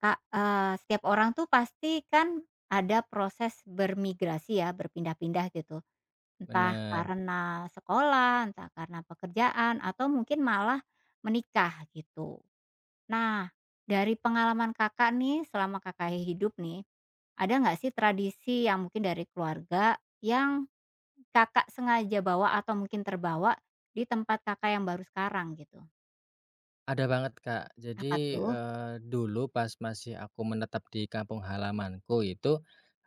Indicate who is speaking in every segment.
Speaker 1: Kak, setiap orang tuh pasti kan ada proses bermigrasi ya, berpindah-pindah gitu. Entah
Speaker 2: Bener,
Speaker 1: karena sekolah, entah karena pekerjaan, atau mungkin malah menikah gitu. Nah, dari pengalaman Kakak nih, selama Kakak hidup nih, ada nggak sih tradisi yang mungkin dari keluarga yang Kakak sengaja bawa atau mungkin terbawa di tempat Kakak yang baru sekarang gitu?
Speaker 2: ada banget, Kak.
Speaker 1: Apa
Speaker 2: Jadi,
Speaker 1: tuh?
Speaker 2: dulu pas masih aku menetap di kampung halamanku itu,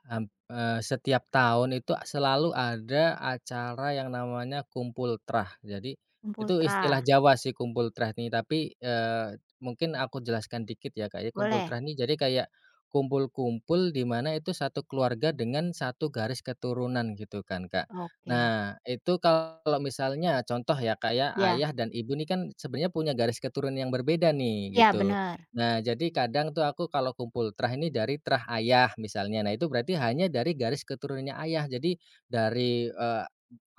Speaker 2: Setiap tahun itu selalu ada acara yang namanya Kumpul Trah. Jadi,
Speaker 1: Kumpul
Speaker 2: itu
Speaker 1: Tra?
Speaker 2: istilah Jawa sih Kumpul Trah nih, tapi, mungkin aku jelaskan dikit ya, Kak, ya. Kumpul
Speaker 1: Boleh?
Speaker 2: Trah nih jadi kayak kumpul-kumpul di mana itu satu keluarga dengan satu garis keturunan gitu kan, Kak.
Speaker 1: Oke.
Speaker 2: Nah, itu kalau misalnya contoh ya, Kak, ya,
Speaker 1: Iya
Speaker 2: ayah dan ibu nih kan sebenarnya punya garis keturunan yang berbeda nih,
Speaker 1: iya,
Speaker 2: gitu.
Speaker 1: bener.
Speaker 2: Nah, jadi kadang tuh aku kalau kumpul trah ini dari trah ayah misalnya. Nah, itu berarti hanya dari garis keturunannya ayah. Jadi dari,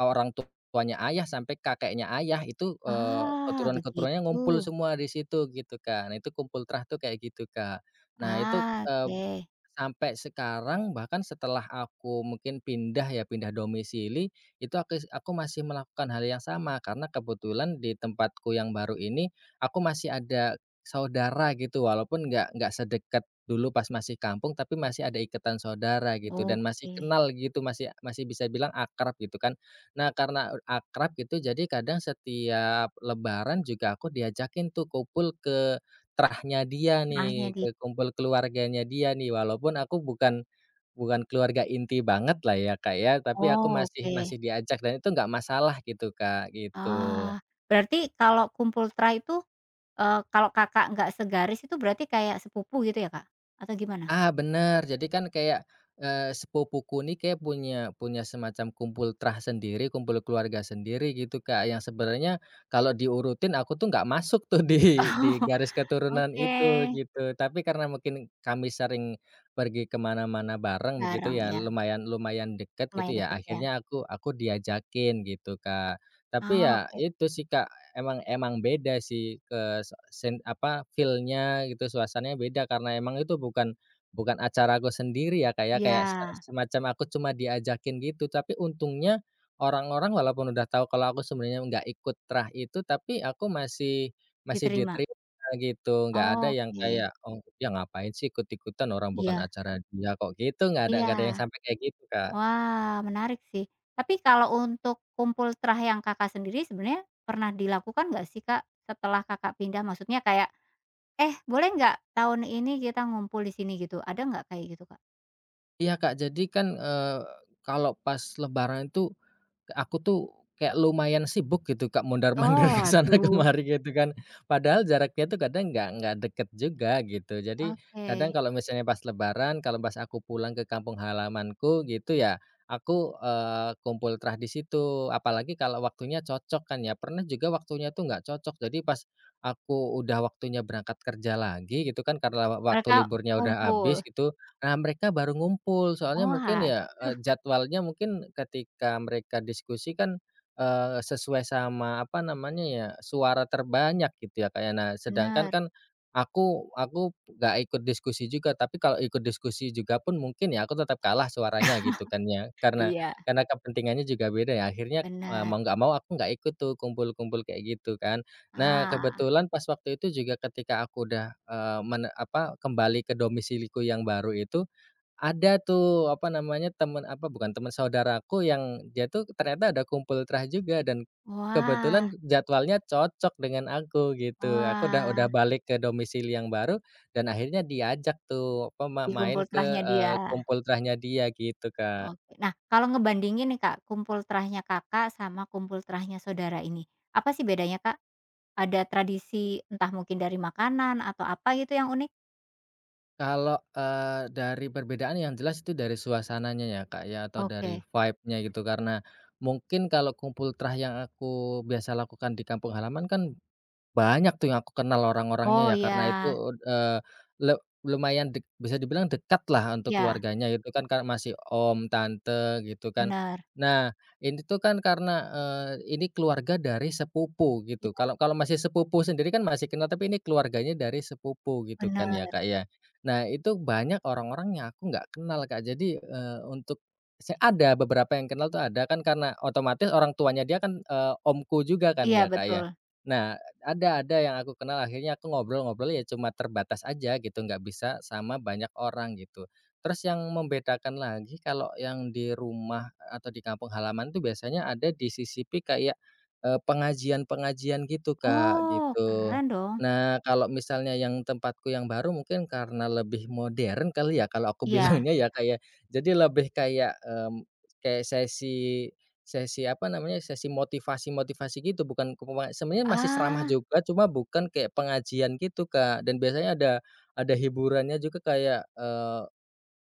Speaker 2: orang tuanya ayah sampai kakeknya ayah itu,
Speaker 1: Ah,
Speaker 2: keturunan-keturunannya ngumpul
Speaker 1: begitu.
Speaker 2: semua di situ gitu, Kak. Nah, itu kumpul trah tuh kayak gitu, Kak. Nah, itu,
Speaker 1: Ah, oke
Speaker 2: sampai sekarang bahkan setelah aku mungkin pindah ya, pindah domisili, itu aku masih melakukan hal yang sama. Karena kebetulan di tempatku yang baru ini, aku masih ada Saudara gitu, walaupun nggak sedekat dulu pas masih kampung, tapi masih ada ikatan saudara gitu dan masih
Speaker 1: oke.
Speaker 2: kenal gitu, masih masih bisa bilang akrab gitu kan. Nah, karena akrab gitu, jadi kadang setiap lebaran juga aku diajakin tuh kumpul ke terahnya dia
Speaker 1: Nahnya
Speaker 2: nih,
Speaker 1: di
Speaker 2: ke kumpul keluarganya dia nih, walaupun aku bukan bukan keluarga inti banget lah ya, Kak, ya, tapi aku
Speaker 1: oh,
Speaker 2: masih
Speaker 1: oke.
Speaker 2: masih diajak dan itu nggak masalah gitu, Kak, gitu.
Speaker 1: Ah, berarti kalau kumpul Tra itu, kalau Kakak nggak segaris itu berarti kayak sepupu gitu ya, Kak? Atau gimana?
Speaker 2: Ah, bener. Jadi kan kayak, sepupuku nih kayak punya punya semacam kumpul trah sendiri, kumpul keluarga sendiri gitu, Kak, yang sebenarnya kalau diurutin aku tuh nggak masuk tuh di garis
Speaker 1: Oh,
Speaker 2: keturunan
Speaker 1: oke.
Speaker 2: itu, gitu. Tapi karena mungkin kami sering pergi kemana mana bareng begitu
Speaker 1: Bareng
Speaker 2: ya,
Speaker 1: ya,
Speaker 2: lumayan lumayan deket gitu
Speaker 1: lumayan
Speaker 2: ya,
Speaker 1: deket ya.
Speaker 2: akhirnya aku diajakin gitu, Kak. Tapi
Speaker 1: Oh,
Speaker 2: ya
Speaker 1: oke.
Speaker 2: itu sih, Kak, emang emang beda sih, feel-nya gitu, suasananya beda karena emang itu bukan Bukan acara aku sendiri ya, kayak
Speaker 1: Iya,
Speaker 2: kayak semacam aku cuma diajakin gitu, tapi untungnya orang-orang walaupun udah tahu kalau aku sebenarnya nggak ikut trah itu, tapi aku masih masih
Speaker 1: diterima.
Speaker 2: diterima gitu, nggak ada yang
Speaker 1: Oke.
Speaker 2: kayak, "Oh, ya ngapain sih ikut-ikutan orang bukan
Speaker 1: Iya
Speaker 2: acara dia kok," gitu, nggak ada yang
Speaker 1: iya.
Speaker 2: sampai kayak gitu, Kak.
Speaker 1: Wah, menarik sih. Tapi kalau untuk kumpul terah yang Kakak sendiri sebenarnya pernah dilakukan nggak sih, Kak, setelah Kakak pindah? Maksudnya kayak, "Eh, boleh nggak tahun ini kita ngumpul di sini?" Gitu. Ada nggak kayak gitu, Kak?
Speaker 2: Iya, Kak, jadi kan, kalau pas lebaran itu Aku tuh kayak lumayan sibuk gitu Kak, mondar-mandir
Speaker 1: Oh,
Speaker 2: ke sana
Speaker 1: waduh.
Speaker 2: kemari gitu kan. Padahal jaraknya tuh kadang nggak deket juga gitu. Jadi kadang
Speaker 1: Oke,
Speaker 2: kalau misalnya pas lebaran, kalau pas aku pulang ke kampung halamanku gitu ya, aku, kumpul trah di situ. Apalagi kalau waktunya cocok kan ya. Pernah juga waktunya tuh nggak cocok. Jadi pas aku udah waktunya berangkat kerja lagi gitu kan, karena waktu
Speaker 1: mereka
Speaker 2: liburnya udah
Speaker 1: ngumpul.
Speaker 2: habis gitu, Nah, mereka baru ngumpul soalnya
Speaker 1: Oh,
Speaker 2: mungkin ya,
Speaker 1: aduh,
Speaker 2: jadwalnya mungkin ketika mereka diskusi kan, sesuai sama apa namanya ya, suara terbanyak gitu ya, kayak Nah, sedangkan
Speaker 1: benar.
Speaker 2: kan aku nggak ikut diskusi juga, tapi kalau ikut diskusi juga pun mungkin ya aku tetap kalah suaranya gitu kan ya,
Speaker 1: Iya.
Speaker 2: karena kepentingannya juga beda ya. Akhirnya, mau
Speaker 1: Benar.
Speaker 2: nggak mau aku nggak ikut tuh kumpul-kumpul kayak gitu kan. Nah,
Speaker 1: Ah,
Speaker 2: kebetulan pas waktu itu juga ketika aku udah, kembali ke domisiliku yang baru itu, ada tuh, apa namanya, bukan teman saudaraku yang dia tuh ternyata ada kumpul trah juga dan
Speaker 1: wah
Speaker 2: kebetulan jadwalnya cocok dengan aku, gitu. Aku udah
Speaker 1: wah,
Speaker 2: balik ke domisili yang baru dan akhirnya diajak tuh, apa,
Speaker 1: di
Speaker 2: main
Speaker 1: kumpul
Speaker 2: ke,
Speaker 1: terahnya dia.
Speaker 2: kumpul trahnya dia, gitu, Kak.
Speaker 1: Oke. Nah, kalau ngebandingin nih, Kak, kumpul terahnya Kakak sama kumpul terahnya saudara ini, apa sih bedanya, Kak? Ada tradisi entah mungkin dari makanan atau apa gitu yang unik?
Speaker 2: Kalau, dari perbedaan yang jelas itu dari suasananya ya, Kak, ya, atau dari
Speaker 1: Oke.
Speaker 2: vibe-nya gitu. Karena mungkin kalau kumpul trah yang aku biasa lakukan di kampung halaman kan banyak tuh yang aku kenal orang-orangnya
Speaker 1: Oh,
Speaker 2: ya, karena itu,
Speaker 1: iya.
Speaker 2: eee, le lumayan bisa dibilang dekat lah untuk
Speaker 1: Iya,
Speaker 2: keluarganya itu kan kan masih om, tante gitu kan.
Speaker 1: bener.
Speaker 2: Nah, ini tuh kan karena, ini keluarga dari sepupu gitu.
Speaker 1: Iya,
Speaker 2: Kalau kalau masih sepupu sendiri kan masih kenal, tapi ini keluarganya dari sepupu gitu kan ya,
Speaker 1: bener.
Speaker 2: Kak, ya. Nah, itu banyak orang-orang yang aku nggak kenal, Kak. Jadi, untuk ada beberapa yang kenal tuh ada kan karena otomatis orang tuanya dia kan, omku juga kan
Speaker 1: Iya,
Speaker 2: ya, Kak, ya.
Speaker 1: betul.
Speaker 2: Nah ada yang aku kenal akhirnya aku ngobrol-ngobrol ya cuma terbatas aja gitu, nggak bisa sama banyak orang gitu. Terus yang membedakan lagi kalau yang di rumah atau di kampung halaman tuh biasanya ada disisipi kayak, pengajian-pengajian gitu, Kak,
Speaker 1: Oh,
Speaker 2: gitu.
Speaker 1: keren dong.
Speaker 2: Nah, kalau misalnya yang tempatku yang baru mungkin karena lebih modern kali ya kalau aku
Speaker 1: Iya.
Speaker 2: bilangnya ya, kayak Jadi lebih kayak, kayak sesi Sesi apa namanya, sesi motivasi-motivasi gitu, bukan ke penga sebenarnya masih ceramah
Speaker 1: Ah,
Speaker 2: juga, cuma bukan kayak pengajian gitu, Kak, dan biasanya ada hiburannya juga kayak,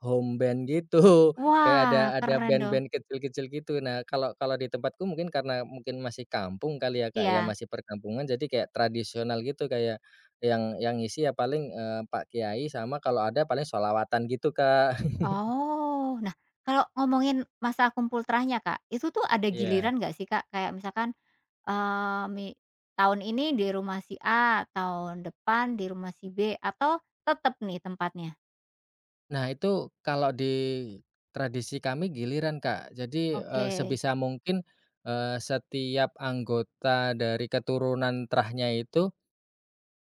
Speaker 2: home band gitu, kayak
Speaker 1: wah,
Speaker 2: ada
Speaker 1: keren dong.
Speaker 2: band-band kecil-kecil gitu. Nah, kalau kalau di tempatku mungkin karena mungkin masih kampung kali ya, Kak, ya,
Speaker 1: Iya.
Speaker 2: masih perkampungan, jadi kayak tradisional gitu, kayak yang ngisi ya paling, pak kiai sama kalau ada paling sholawatan gitu, Kak.
Speaker 1: Oh. Nah, kalau ngomongin masa kumpul terahnya, Kak, itu tuh ada
Speaker 2: Iya.
Speaker 1: giliran nggak sih, Kak? Kayak misalkan, eee, mi tahun ini di rumah si A, tahun depan di rumah si B, atau tetap nih tempatnya?
Speaker 2: Nah, itu kalau di tradisi kami giliran, Kak. Jadi,
Speaker 1: Oke,
Speaker 2: sebisa mungkin, setiap anggota dari keturunan terahnya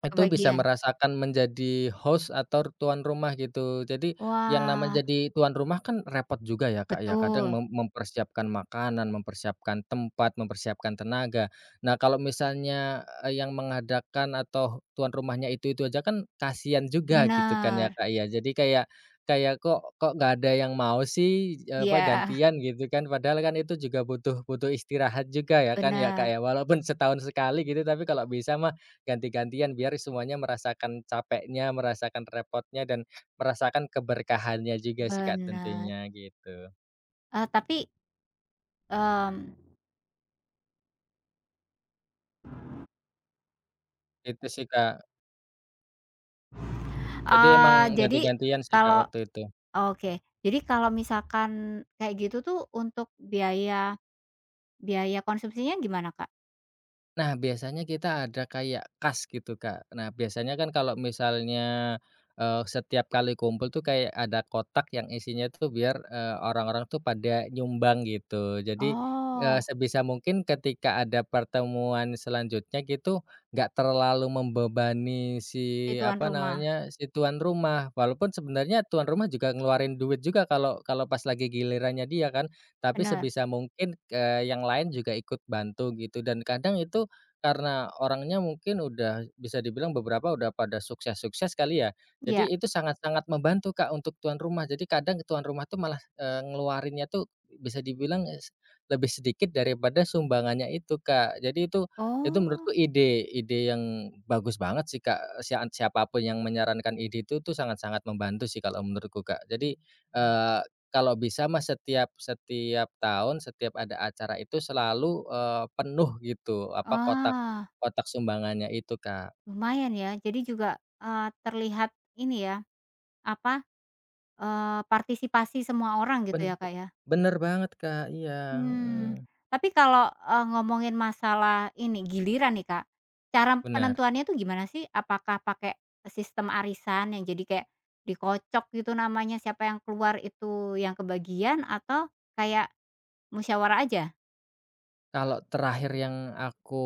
Speaker 2: itu bisa
Speaker 1: kebagian.
Speaker 2: merasakan menjadi host atau tuan rumah gitu. Jadi yang
Speaker 1: Wah,
Speaker 2: namanya jadi tuan rumah kan repot juga ya, Kak, ya. Kadang
Speaker 1: betul,
Speaker 2: mempersiapkan makanan, mempersiapkan tempat, mempersiapkan tenaga. Nah, kalau misalnya, yang mengadakan atau tuan rumahnya itu-itu aja kan kasihan juga gitu kan ya,
Speaker 1: benar.
Speaker 2: Kak, ya. Jadi kayak kayak kok kok nggak ada yang mau sih,
Speaker 1: Iya,
Speaker 2: gantian gitu kan. Padahal kan itu juga butuh butuh istirahat juga ya kan ya, Kak,
Speaker 1: benar,
Speaker 2: ya. Walaupun setahun sekali gitu, tapi kalau bisa mah Ganti-gantian biar semuanya merasakan capeknya, merasakan repotnya, dan merasakan keberkahannya juga sih Kak
Speaker 1: benar.
Speaker 2: tentunya gitu.
Speaker 1: Tapi, mmm,
Speaker 2: Itu sih Kak. Jadi emang
Speaker 1: jadi
Speaker 2: ganti-gantian sih Kak
Speaker 1: kalau
Speaker 2: waktu itu.
Speaker 1: oke. Jadi kalau misalkan kayak gitu tuh untuk biaya Biaya konsumsinya gimana, Kak?
Speaker 2: Nah, biasanya kita ada kayak kas gitu, Kak. Nah, biasanya kan kalau misalnya, setiap kali kumpul tuh kayak ada kotak yang isinya tuh biar, orang-orang tuh pada nyumbang gitu. Jadi,
Speaker 1: Oh.
Speaker 2: sebisa mungkin ketika ada pertemuan selanjutnya gitu, nggak terlalu membebani
Speaker 1: Si
Speaker 2: si,
Speaker 1: tuan
Speaker 2: apa
Speaker 1: rumah,
Speaker 2: namanya, si tuan rumah. Walaupun sebenarnya tuan rumah juga ngeluarin duit juga kalau kalau pas lagi gilirannya dia kan. Tapi
Speaker 1: bener,
Speaker 2: sebisa mungkin, yang lain juga ikut bantu gitu dan kadang itu karena orangnya mungkin udah bisa dibilang beberapa udah pada sukses-sukses kali ya.
Speaker 1: iya.
Speaker 2: Jadi itu sangat-sangat membantu, Kak, untuk tuan rumah. Jadi kadang tuan rumah tuh malah, ngeluarinnya tuh bisa dibilang lebih sedikit daripada sumbangannya itu, Kak. Jadi itu menurutku
Speaker 1: Oh.
Speaker 2: ide ide yang bagus banget sih, Kak. Siapa yang menyarankan ide itu tuh sangat-sangat membantu sih kalau menurutku, Kak. Jadi, kalau bisa mah setiap setiap tahun, setiap ada acara itu selalu, penuh gitu, apa, kotak
Speaker 1: Ah,
Speaker 2: kotak sumbangannya itu, Kak.
Speaker 1: lumayan ya. Jadi juga, terlihat ini ya, apa, partisipasi semua orang gitu ya,
Speaker 2: Bent
Speaker 1: Kak, ya?
Speaker 2: bener banget, Kak, iya,
Speaker 1: Hmm,
Speaker 2: mhm,
Speaker 1: tapi kalau, ngomongin masalah ini, giliran nih, Kak, cara
Speaker 2: bener.
Speaker 1: penentuannya tuh gimana sih? Apakah pakai sistem arisan yang jadi kayak dikocok gitu namanya, siapa yang keluar itu yang kebagian atau kayak musyawarah aja?
Speaker 2: Kalau terakhir yang aku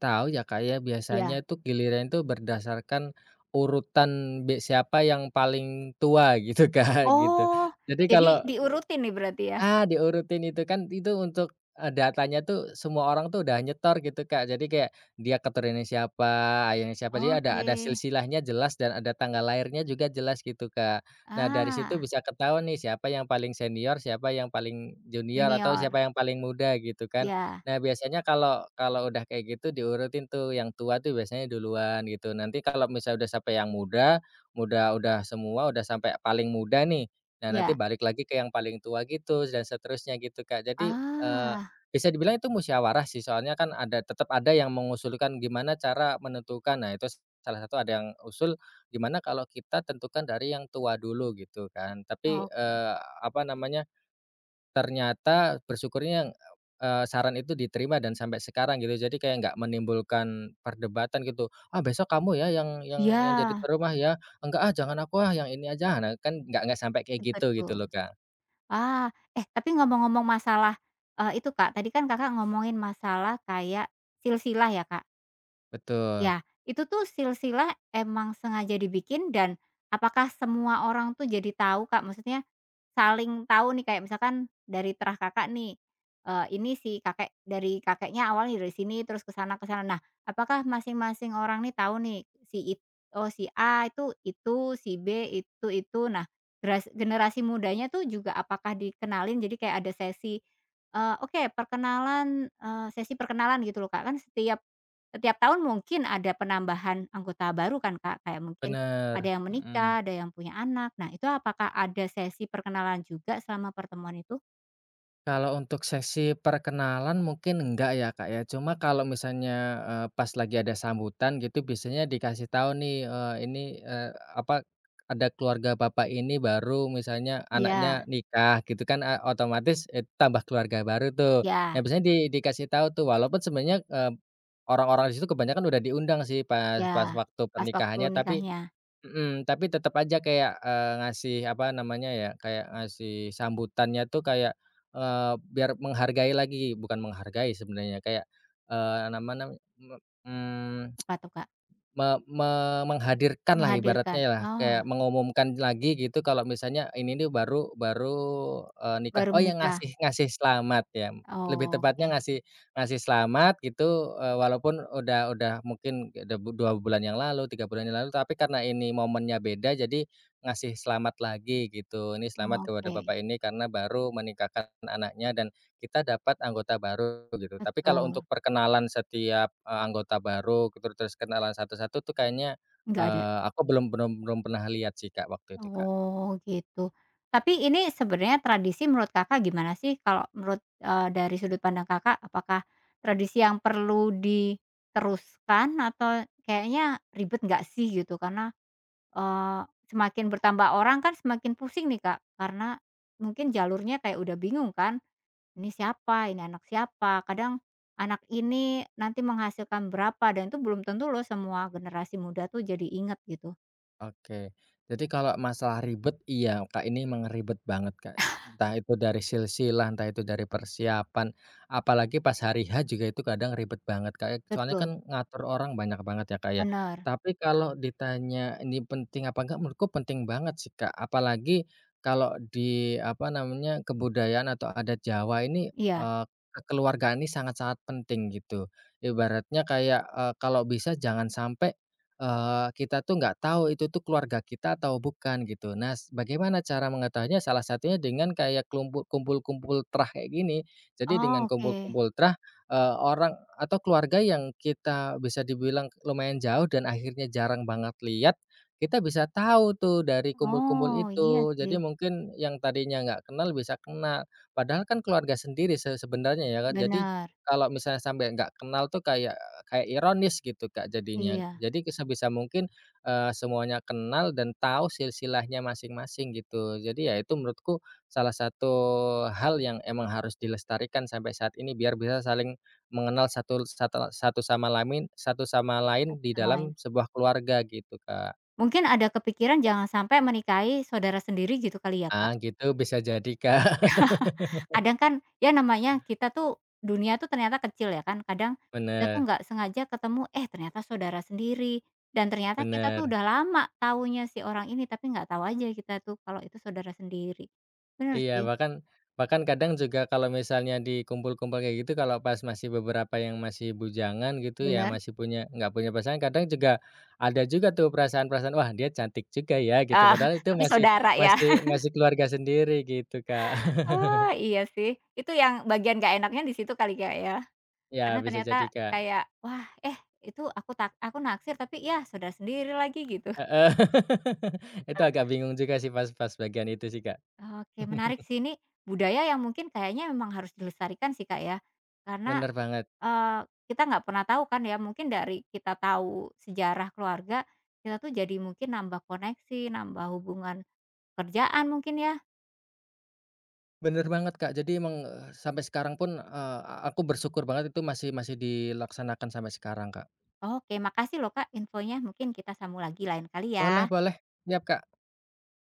Speaker 2: tahu ya, Kak, ya, biasanya
Speaker 1: Iya.
Speaker 2: itu giliran itu berdasarkan urutan siapa yang paling tua gitu, Kak, gitu.
Speaker 1: Oh,
Speaker 2: Jadi
Speaker 1: jadi
Speaker 2: kalau
Speaker 1: diurutin nih berarti ya?
Speaker 2: Ah, diurutin itu kan itu untuk, datanya tuh semua orang tuh udah nyetor gitu, Kak. Jadi kayak dia keturunannya siapa, ayahnya siapa, jadi ada
Speaker 1: Oke.
Speaker 2: silsilahnya jelas dan ada tanggal lahirnya juga jelas gitu, Kak. Nah, dari situ
Speaker 1: Ah,
Speaker 2: bisa ketahuan nih siapa yang paling senior, siapa yang paling junior, atau
Speaker 1: junior.
Speaker 2: siapa yang paling muda gitu kan.
Speaker 1: Ya,
Speaker 2: Nah, biasanya kalau kalau udah kayak gitu diurutin tuh, yang tua tuh biasanya duluan gitu. Nanti kalau misalnya udah sampai yang muda, udah semua, udah sampai paling muda nih, Nah, nanti
Speaker 1: ya.
Speaker 2: balik lagi ke yang paling tua gitu dan seterusnya gitu, Kak. Jadi,
Speaker 1: Ah,
Speaker 2: bisa dibilang itu musyawarah sih, soalnya kan ada tetap ada yang mengusulkan gimana cara menentukan. Nah, itu salah satu ada yang usul, gimana kalau kita tentukan dari yang tua dulu gitu kan. Tapi,
Speaker 1: oke.
Speaker 2: eee, apa namanya Ternyata bersyukurnya, saran itu diterima dan sampai sekarang gitu. Jadi kayak nggak menimbulkan perdebatan gitu, "Ah, besok kamu ya yang yang jadi
Speaker 1: Ya,
Speaker 2: tuan rumah ya? Enggak ah, jangan aku ah, yang ini aja." Nah, kan nggak sampai kayak gitu, gitu
Speaker 1: betul.
Speaker 2: loh, Kak.
Speaker 1: Ah, eh, tapi ngomong-ngomong masalah, itu Kak, tadi kan Kakak ngomongin masalah kayak silsilah ya Kak?
Speaker 2: Betul,
Speaker 1: Ya, itu tuh silsilah emang sengaja dibikin dan apakah semua orang tuh jadi tahu, Kak? Maksudnya saling tahu nih kayak misalkan dari terah Kakak nih, ini si kakek dari kakeknya awalnya dari sini terus ke sana ke sana. Nah, apakah masing-masing orang nih tahu nih si it oh si A itu, si B itu itu. Nah, generasi mudanya tuh juga apakah dikenalin jadi kayak ada sesi, oke perkenalan, sesi perkenalan gitu loh, Kak. Kan setiap setiap tahun mungkin ada penambahan anggota baru kan, Kak, kayak mungkin ada
Speaker 2: bener,
Speaker 1: yang
Speaker 2: mhm.
Speaker 1: menikah, ada yang punya anak. Nah, itu apakah ada sesi perkenalan juga selama pertemuan itu?
Speaker 2: Kalau untuk sesi perkenalan mungkin enggak ya, Kak, ya. Cuma kalau misalnya, pas lagi ada sambutan gitu biasanya dikasih tahu nih, eee, ini, eee, apa, ada keluarga bapak ini baru misalnya
Speaker 1: Iya
Speaker 2: anaknya nikah gitu kan, otomatis, tambah keluarga baru tuh. Nah
Speaker 1: iya
Speaker 2: biasanya dikasih tahu tuh walaupun sebenarnya, orang-orang di situ kebanyakan udah diundang sih pas
Speaker 1: iya,
Speaker 2: pas waktu
Speaker 1: pas waktu
Speaker 2: pernikahannya tapi
Speaker 1: nikahnya.
Speaker 2: Mhm, tapi tetap aja kayak, ngasih apa namanya ya, kayak ngasih sambutannya tuh kayak, biar menghargai lagi, bukan menghargai sebenarnya kayak, eee, nama nam me mmm
Speaker 1: Apa tuh, Kak?
Speaker 2: Me me menghadirkanlah ibaratnya
Speaker 1: Menghadirkan?
Speaker 2: ya,
Speaker 1: Oh,
Speaker 2: kayak mengumumkan lagi gitu kalau misalnya ini nih baru baru, eee, nikah.
Speaker 1: baru
Speaker 2: Oh ya
Speaker 1: menikah.
Speaker 2: ngasih ngasih selamat ya, lebih
Speaker 1: Oke
Speaker 2: tepatnya ngasih ngasih selamat gitu, walaupun udah mungkin udah 2 bulan yang lalu, 3 bulan yang lalu, tapi karena ini momennya beda jadi ngasih selamat lagi gitu. Ini selamat kepada
Speaker 1: oke,
Speaker 2: bapak ini karena baru menikahkan anaknya dan kita dapat anggota baru gitu. Tapi kalau untuk
Speaker 1: betul.
Speaker 2: perkenalan setiap, anggota baru gitu terus kenalan satu-satu tuh kayaknya,
Speaker 1: Enggak ada?
Speaker 2: aku belum belum belum pernah lihat sih Kak waktu itu Kak.
Speaker 1: Oh, gitu. Tapi ini sebenarnya tradisi menurut Kakak gimana sih kalau menurut, dari sudut pandang Kakak, apakah tradisi yang perlu diteruskan atau kayaknya ribet nggak sih gitu? Karena, eee, semakin bertambah orang kan semakin pusing nih, Kak, karena mungkin jalurnya kayak udah bingung kan, ini siapa, ini anak siapa, kadang anak ini nanti menghasilkan berapa dan itu belum tentu loh semua generasi muda tuh jadi inget gitu.
Speaker 2: Oke. Jadi kalau masalah ribet, iya, Kak, ini memang ribet banget, Kak. Entah itu dari silsilah, entah itu dari persiapan, apalagi pas hari H juga itu kadang ribet banget, Kak, ya. Soalnya
Speaker 1: Betul,
Speaker 2: kan ngatur orang banyak banget ya, Kak, ya.
Speaker 1: benar.
Speaker 2: Tapi kalau ditanya ini penting apa enggak, menurutku penting banget sih, Kak. Apalagi kalau di, apa namanya, kebudayaan atau adat Jawa ini,
Speaker 1: Iya.
Speaker 2: eee, kekeluargaan ini sangat-sangat penting gitu. Ibaratnya kayak, kalau bisa jangan sampai kita tuh nggak tahu itu tuh keluarga kita atau bukan gitu. Nah, bagaimana cara mengetahuinya? Salah satunya dengan kayak kumpul-kumpul terah kayak gini. Jadi dengan
Speaker 1: Oh, oke.
Speaker 2: kumpul-kumpul terah orang atau keluarga yang kita bisa dibilang lumayan jauh dan akhirnya jarang banget lihat, kita bisa tahu tuh dari kumpul-kumpul
Speaker 1: Oh, iya
Speaker 2: itu.
Speaker 1: sih,
Speaker 2: Jadi mungkin yang tadinya nggak kenal bisa kenal. Padahal kan keluarga sendiri sebenarnya ya kan. Jadi
Speaker 1: benar.
Speaker 2: kalau misalnya sampai nggak kenal tuh kayak kayak ironis gitu, Kak, jadinya.
Speaker 1: Iya,
Speaker 2: Jadi sebisa mungkin, semuanya kenal dan tahu silsilahnya masing-masing gitu. Jadi ya itu menurutku salah satu hal yang emang harus dilestarikan sampai saat ini biar bisa saling mengenal satu satu satu sama satu sama
Speaker 1: satu
Speaker 2: lain di
Speaker 1: sama lain.
Speaker 2: dalam sebuah keluarga gitu, Kak.
Speaker 1: Mungkin ada kepikiran jangan sampai menikahi saudara sendiri gitu kali ya,
Speaker 2: Ah,
Speaker 1: Kak?
Speaker 2: gitu bisa jadi, Kak.
Speaker 1: Kadang kan ya namanya kita tuh dunia tuh ternyata kecil ya kan, kadang kita tuh
Speaker 2: Bener
Speaker 1: nggak sengaja ketemu, eh ternyata saudara sendiri, dan ternyata kita tuh
Speaker 2: bener.
Speaker 1: udah lama taunya si orang ini, tapi nggak tahu aja kita tuh kalau itu saudara sendiri. Bener
Speaker 2: Iya,
Speaker 1: sih,
Speaker 2: bahkan bahkan kadang juga kalau misalnya dikumpul-kumpul kayak gitu, kalau pas masih beberapa yang masih bujangan gitu ya,
Speaker 1: bener.
Speaker 2: masih punya nggak punya pasangan, kadang juga ada juga tuh perasaan-perasaan, "Wah, dia cantik juga ya," gitu.
Speaker 1: Ah,
Speaker 2: Padahal itu
Speaker 1: tapi
Speaker 2: masih
Speaker 1: saudara ya.
Speaker 2: masih masih keluarga sendiri gitu, Kak.
Speaker 1: Oh, iya sih. Itu yang bagian nggak enaknya di situ kali, Kak, ya?
Speaker 2: Ya,
Speaker 1: Karena
Speaker 2: bisa
Speaker 1: ternyata
Speaker 2: jadi, Kak.
Speaker 1: kayak, wah, eh, itu aku tak aku naksir tapi ya saudara sendiri lagi gitu.
Speaker 2: Heeh. Itu agak bingung juga sih pas pas bagian itu sih, Kak.
Speaker 1: Oke menarik sih ini budaya yang mungkin kayaknya memang harus dilestarikan sih, Kak, ya. Karena,
Speaker 2: Bener banget.
Speaker 1: kita nggak pernah tahu kan ya mungkin dari kita tahu sejarah keluarga, kita tuh jadi mungkin nambah koneksi, nambah hubungan kerjaan mungkin ya.
Speaker 2: Bener banget, Kak. Jadi emang, sampai sekarang pun, aku bersyukur banget itu masih masih dilaksanakan sampai sekarang, Kak.
Speaker 1: Oke makasih loh, Kak, infonya mungkin kita sambung lagi lain kali ya.
Speaker 2: Boleh boleh, siap Kak.